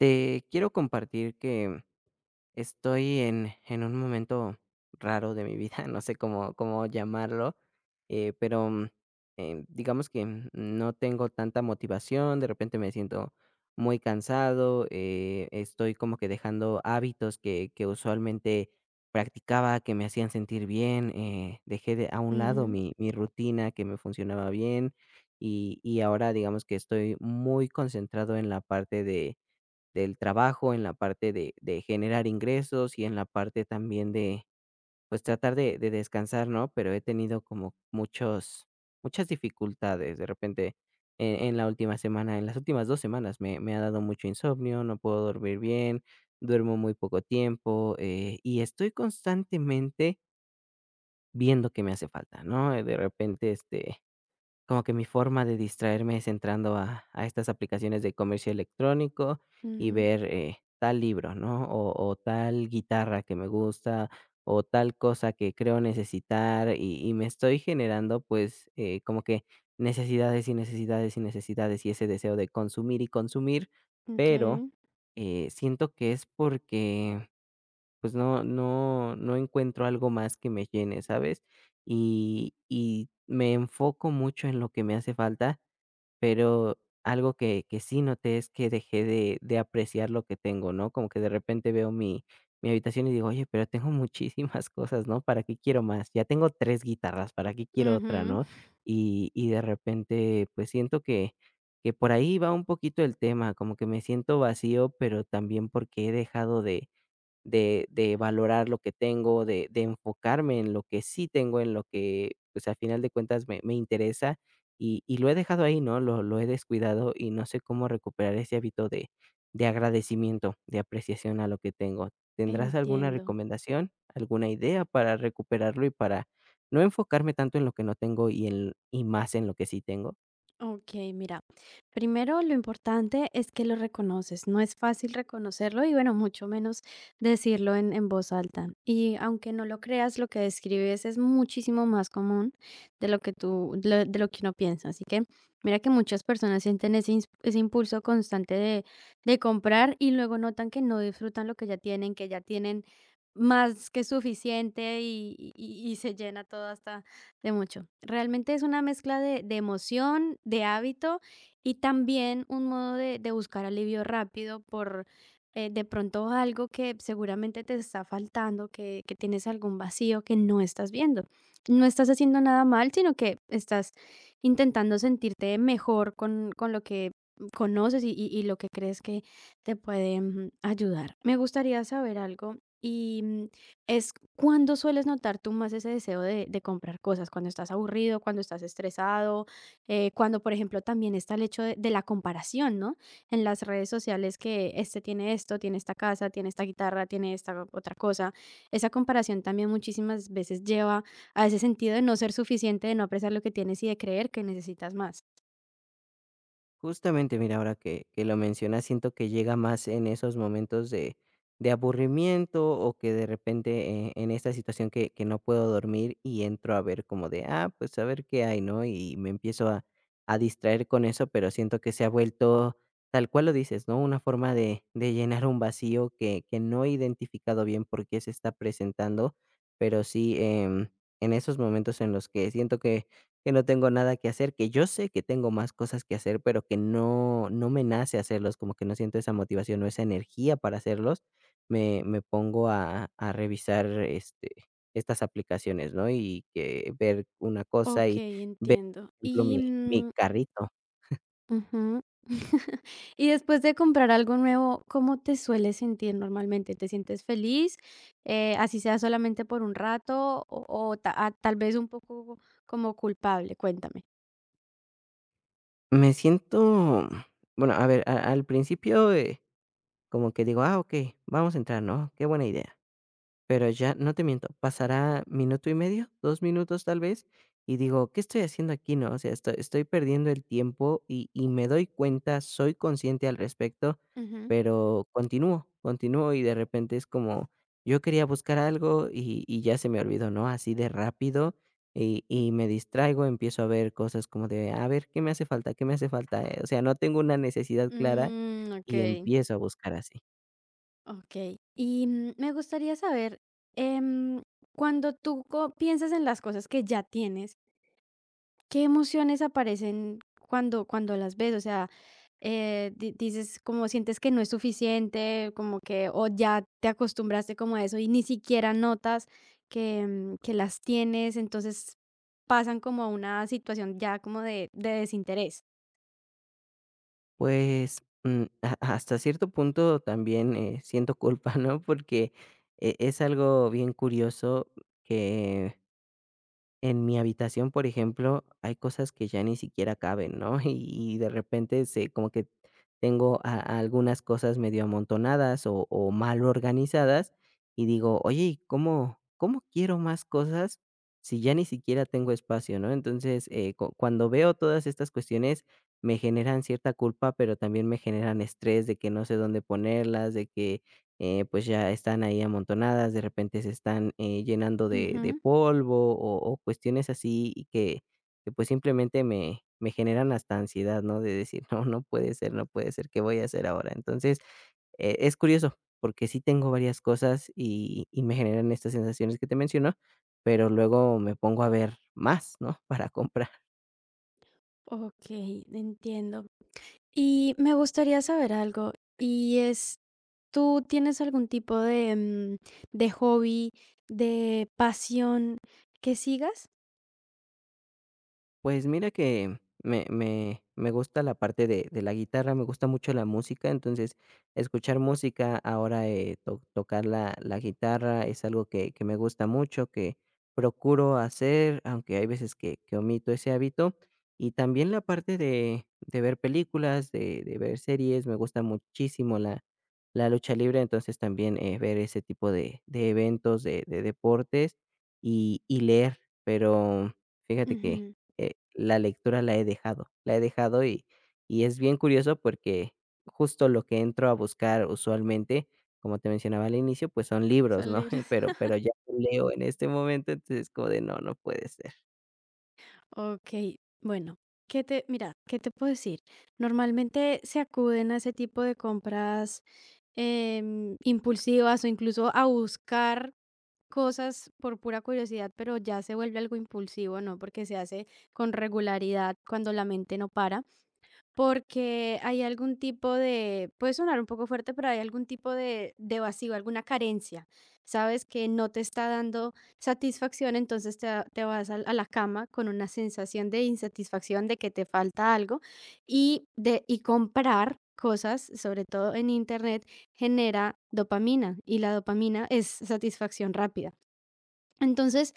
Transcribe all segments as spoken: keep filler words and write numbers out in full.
Te quiero compartir que estoy en, en un momento raro de mi vida, no sé cómo, cómo llamarlo, eh, pero mm, eh, digamos que mm, no tengo tanta motivación. De repente me siento muy cansado. Eh, estoy como que dejando hábitos que, que usualmente practicaba, que me hacían sentir bien. Eh, dejé de, a un lado Ujú, mi, mi rutina que me funcionaba bien y, y ahora digamos que estoy muy concentrado en la parte de del trabajo, en la parte de de generar ingresos y en la parte también de, pues, tratar de de descansar, ¿no? Pero he tenido como muchos muchas dificultades. De repente, e en la última semana, en las últimas dos semanas me me ha dado mucho insomnio, no puedo dormir bien, duermo muy poco tiempo, eh, y estoy constantemente viendo que me hace falta, ¿no? De repente, este, como que mi forma de distraerme es entrando a a estas aplicaciones de comercio electrónico y ujú, ver, eh, tal libro, ¿no? O o tal guitarra que me gusta, o tal cosa que creo necesitar, y y me estoy generando, pues, eh, como que necesidades, y necesidades, y necesidades, y ese deseo de consumir y consumir, pero, okey, eh, siento que es porque pues no no no encuentro algo más que me llene, ¿sabes? Y y me enfoco mucho en lo que me hace falta, pero algo que que sí noté es que dejé de de apreciar lo que tengo, ¿no? Como que de repente veo mi mi habitación y digo: "Oye, pero tengo muchísimas cosas, ¿no? ¿Para qué quiero más? Ya tengo tres guitarras, ¿para qué quiero otra?", ujú, ¿no? Y y de repente, pues siento que que por ahí va un poquito el tema, como que me siento vacío, pero también porque he dejado de de de valorar lo que tengo, de de enfocarme en lo que sí tengo, en lo que, pues, a final de cuentas me me interesa, y y lo he dejado ahí, ¿no? Lo lo he descuidado y no sé cómo recuperar ese hábito de de agradecimiento, de apreciación a lo que tengo. ¿Tendrás alguna entiendo. recomendación, alguna idea para recuperarlo y para no enfocarme tanto en lo que no tengo y en y más en lo que sí tengo? Ok, mira, primero lo importante es que lo reconoces. No es fácil reconocerlo y, bueno, mucho menos decirlo en, en voz alta. Y aunque no lo creas, lo que describes es muchísimo más común de lo que tú, lo- de lo que uno piensa. Así que mira que muchas personas sienten ese, ins- ese impulso constante de, de comprar y luego notan que no disfrutan lo que ya tienen, que ya tienen más que suficiente, y, y y- y se llena todo hasta de mucho. Realmente es una mezcla de, de emoción, de hábito y también un modo de, de buscar alivio rápido por, eh, de pronto, algo que seguramente te está faltando, que, que tienes algún vacío que no estás viendo. No estás haciendo nada mal, sino que estás intentando sentirte mejor con, con lo que conoces y, y- y lo que crees que te puede mm, ayudar. Me gustaría saber algo. Y mm, es cuando sueles notar tú más ese deseo de de comprar cosas, cuando estás aburrido, cuando estás estresado, eh, cuando, por ejemplo, también está el hecho de de la comparación, ¿no? En las redes sociales, que este tiene esto, tiene esta casa, tiene esta guitarra, tiene esta otra cosa. Esa comparación también muchísimas veces lleva a ese sentido de no ser suficiente, de no apreciar lo que tienes y de creer que necesitas más. Justamente, mira, ahora que que lo mencionas, siento que llega más en esos momentos de de aburrimiento o que de repente, eh, en esta situación que que no puedo dormir y entro a ver como de, ah, pues a ver qué hay, ¿no? Y me empiezo a a distraer con eso, pero siento que se ha vuelto, tal cual lo dices, ¿no? Una forma de de llenar un vacío que que no he identificado bien por qué se está presentando, pero sí, em, en esos momentos en los que siento que que no tengo nada que hacer, que yo sé que tengo más cosas que hacer, pero que no no me nace hacerlos, como que no siento esa motivación o esa energía para hacerlos. Me me pongo a a revisar, este, estas aplicaciones, ¿no? Y que ver una cosa y Okey, ver, por entiendo. ejemplo, Y, mi mi mm carrito. Ujú. Y después de comprar algo nuevo, ¿cómo te sueles sentir normalmente? ¿Te sientes feliz? Eh, así sea solamente por un rato o, o ta- ah, tal vez un poco como culpable. Cuéntame. Me siento bueno, a ver, a al principio, eh, como que digo: "Ah, ok, vamos a entrar, ¿no? Qué buena idea". Pero ya, no te miento, pasará minuto y medio, dos minutos tal vez, y digo: "¿Qué estoy haciendo aquí?", ¿no? O sea, estoy estoy perdiendo el tiempo y y me doy cuenta, soy consciente al respecto, Ujú. pero continúo, continúo y de repente es como, yo quería buscar algo y y ya se me olvidó, ¿no? Así de rápido y y me distraigo, empiezo a ver cosas como de, a ver, ¿qué me hace falta? ¿Qué me hace falta? Eh, o sea, no tengo una necesidad clara Mm, y ok, empiezo a buscar así. ok. Y mm, me gustaría saber, em, cuando tú co- piensas en las cosas que ya tienes, ¿qué emociones aparecen cuando cuando las ves? O sea, eh, di dices, como sientes que no es suficiente, como que o ya te acostumbraste como a eso y ni siquiera notas que, mm, que las tienes, entonces pasan como a una situación ya como de de desinterés. Pues, mm, ha hasta cierto punto también, eh, siento culpa, ¿no? Porque e es algo bien curioso que en mi habitación, por ejemplo, hay cosas que ya ni siquiera caben, ¿no? Y, y de repente se como que tengo a- a algunas cosas medio amontonadas o, o mal organizadas y digo, oye, ¿y cómo, ¿cómo quiero más cosas si ya ni siquiera tengo espacio, ¿no? Entonces, eh, cu- cuando veo todas estas cuestiones, me generan cierta culpa, pero también me generan estrés de que no sé dónde ponerlas, de que eh, pues ya están ahí amontonadas, de repente se están eh, llenando de, de Ujú. polvo o, o cuestiones así y que, que pues simplemente me, me generan hasta ansiedad, ¿no? De decir, no, no puede ser, no puede ser, ¿qué voy a hacer ahora? Entonces, eh, es curioso porque sí tengo varias cosas y, y me generan estas sensaciones que te menciono, pero luego me pongo a ver más, ¿no? Para comprar. Okey, entiendo. Y me gustaría saber algo, y es, ¿tú tienes algún tipo de, mm, de hobby, de pasión que sigas? Pues mira que me me me gusta la parte de de la guitarra, me gusta mucho la música. Entonces, escuchar música, ahora, eh, to tocar la la guitarra es algo que que me gusta mucho, que procuro hacer, aunque hay veces que que omito ese hábito. Y también la parte de de ver películas, de de ver series. Me gusta muchísimo la la lucha libre, entonces también, eh, ver ese tipo de de eventos, de de deportes y y leer, pero fíjate que Ujú, eh, la lectura la he dejado, la he dejado y y es bien curioso porque justo lo que entro a buscar usualmente, como te mencionaba al inicio, pues son libros, son ¿no? libres. Pero pero ya no leo en este momento, entonces es como de no, no puede ser. Okey, bueno, ¿qué te mira, ¿qué te puedo decir? Normalmente se acuden a ese tipo de compras, em, impulsivas o incluso a buscar cosas por pura curiosidad, pero ya se vuelve algo impulsivo, ¿no? Porque se hace con regularidad cuando la mente no para. Porque hay algún tipo de, puede sonar un poco fuerte, pero hay algún tipo de, de vacío, alguna carencia. Sabes que no te está dando satisfacción, entonces te, va- te vas al- a, la cama con una sensación de insatisfacción, de que te falta algo, y, de, y comprar cosas, sobre todo en internet, genera dopamina y la dopamina es satisfacción rápida. Entonces,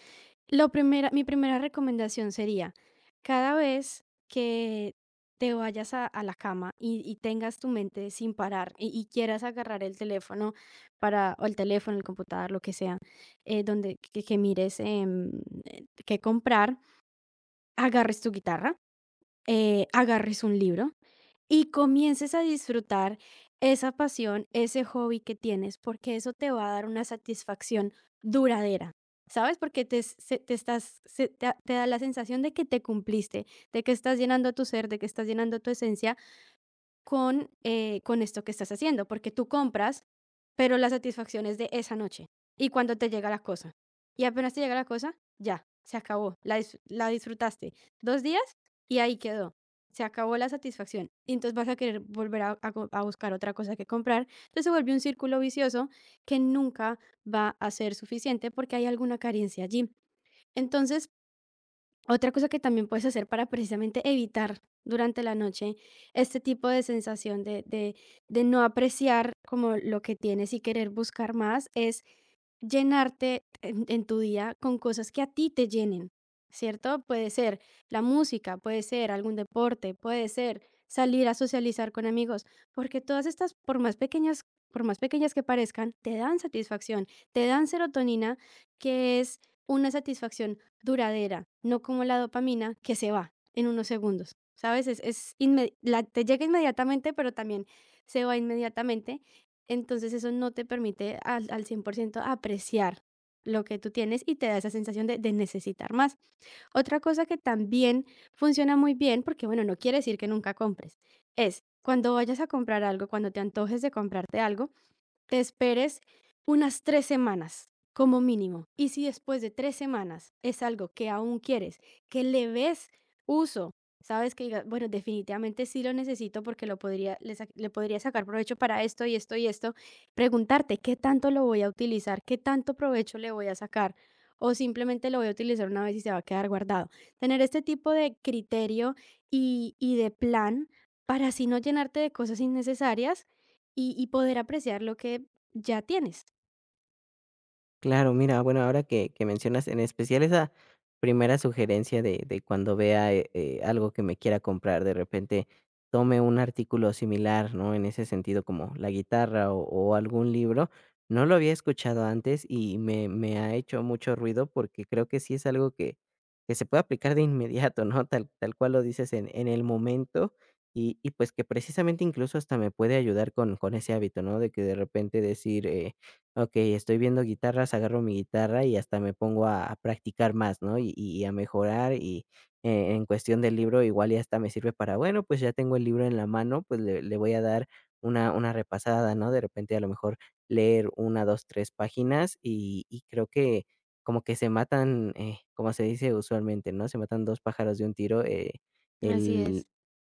lo primera mi primera recomendación sería: cada vez que te vayas a a la cama y y tengas tu mente sin parar y y quieras agarrar el teléfono para o el teléfono, el computador, lo que sea, eh, donde que que mires, em, eh, qué comprar, agarres tu guitarra, eh, agarres un libro y comiences a disfrutar esa pasión, ese hobby que tienes, porque eso te va a dar una satisfacción duradera, ¿sabes? Porque te, s- se- te estás, se- te, da te da la sensación de que te cumpliste, de que estás llenando tu ser, de que estás llenando tu esencia con, eh, con esto que estás haciendo, porque tú compras, pero la satisfacción es de esa noche y cuando te llega la cosa. Y apenas te llega la cosa, ya, se acabó, la, dis- la disfrutaste dos días y ahí quedó, se acabó la satisfacción. Y entonces vas a querer volver a, a co- a buscar otra cosa que comprar. Entonces se vuelve un círculo vicioso que nunca va a ser suficiente porque hay alguna carencia allí. Entonces, otra cosa que también puedes hacer para precisamente evitar durante la noche este tipo de sensación de, de, de no apreciar como lo que tienes y querer buscar más es llenarte en en tu día con cosas que a ti te llenen, ¿cierto? Puede ser la música, puede ser algún deporte, puede ser salir a socializar con amigos, porque todas estas, por más pequeñas por más pequeñas que parezcan, te dan satisfacción, te dan serotonina, que es una satisfacción duradera, no como la dopamina que se va en unos segundos, ¿sabes? Es es inme la te llega inmediatamente, pero también se va inmediatamente. Entonces, eso no te permite al al cien por ciento apreciar lo que tú tienes y te da esa sensación de de necesitar más. Otra cosa que también funciona muy bien, porque, bueno, no quiere decir que nunca compres, es cuando vayas a comprar algo, cuando te antojes de comprarte algo, te esperes unas tres semanas como mínimo. Y si después de tres semanas es algo que aún quieres, que le ves uso, sabes, que digas, bueno, definitivamente sí lo necesito porque lo podría, le, sa- le podría sacar provecho para esto y esto y esto, preguntarte qué tanto lo voy a utilizar, qué tanto provecho le voy a sacar. O simplemente lo voy a utilizar una vez y se va a quedar guardado. Tener este tipo de criterio y, y de plan para así no llenarte de cosas innecesarias y y poder apreciar lo que ya tienes. Claro, mira, bueno, ahora que que mencionas en especial esa primera sugerencia de de cuando vea, eh eh, algo que me quiera comprar, de repente tome un artículo similar, ¿no? En ese sentido, como la guitarra o o algún libro. No lo había escuchado antes y me me ha hecho mucho ruido porque creo que sí es algo que que se puede aplicar de inmediato, ¿no? Tal tal cual lo dices en en el momento y y pues que precisamente incluso hasta me puede ayudar con con ese hábito, ¿no? De que de repente decir, eh, ok, estoy viendo guitarras, agarro mi guitarra y hasta me pongo a a practicar más, ¿no? Y y a mejorar y, eh, en cuestión del libro igual y hasta me sirve para, bueno, pues ya tengo el libro en la mano, pues le le voy a dar una una repasada, ¿no? De repente a lo mejor leer una, dos, tres páginas y y creo que como que se matan, eh, como se dice usualmente, ¿no? Se matan dos pájaros de un tiro, eh, Así el es.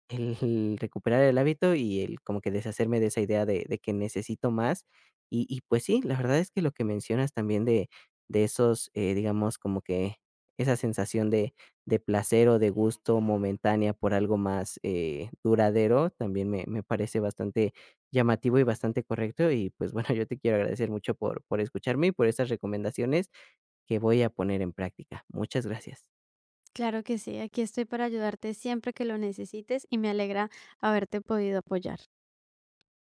el recuperar el hábito y el como que deshacerme de esa idea de de que necesito más. Y y pues sí, la verdad es que lo que mencionas también de de esos, eh, digamos, como que esa sensación de de placer o de gusto momentánea por algo más, eh, duradero, también me me parece bastante llamativo y bastante correcto. Y, pues, bueno, yo te quiero agradecer mucho por por escucharme y por estas recomendaciones que voy a poner en práctica. Muchas gracias. Claro que sí. Aquí estoy para ayudarte siempre que lo necesites y me alegra haberte podido apoyar.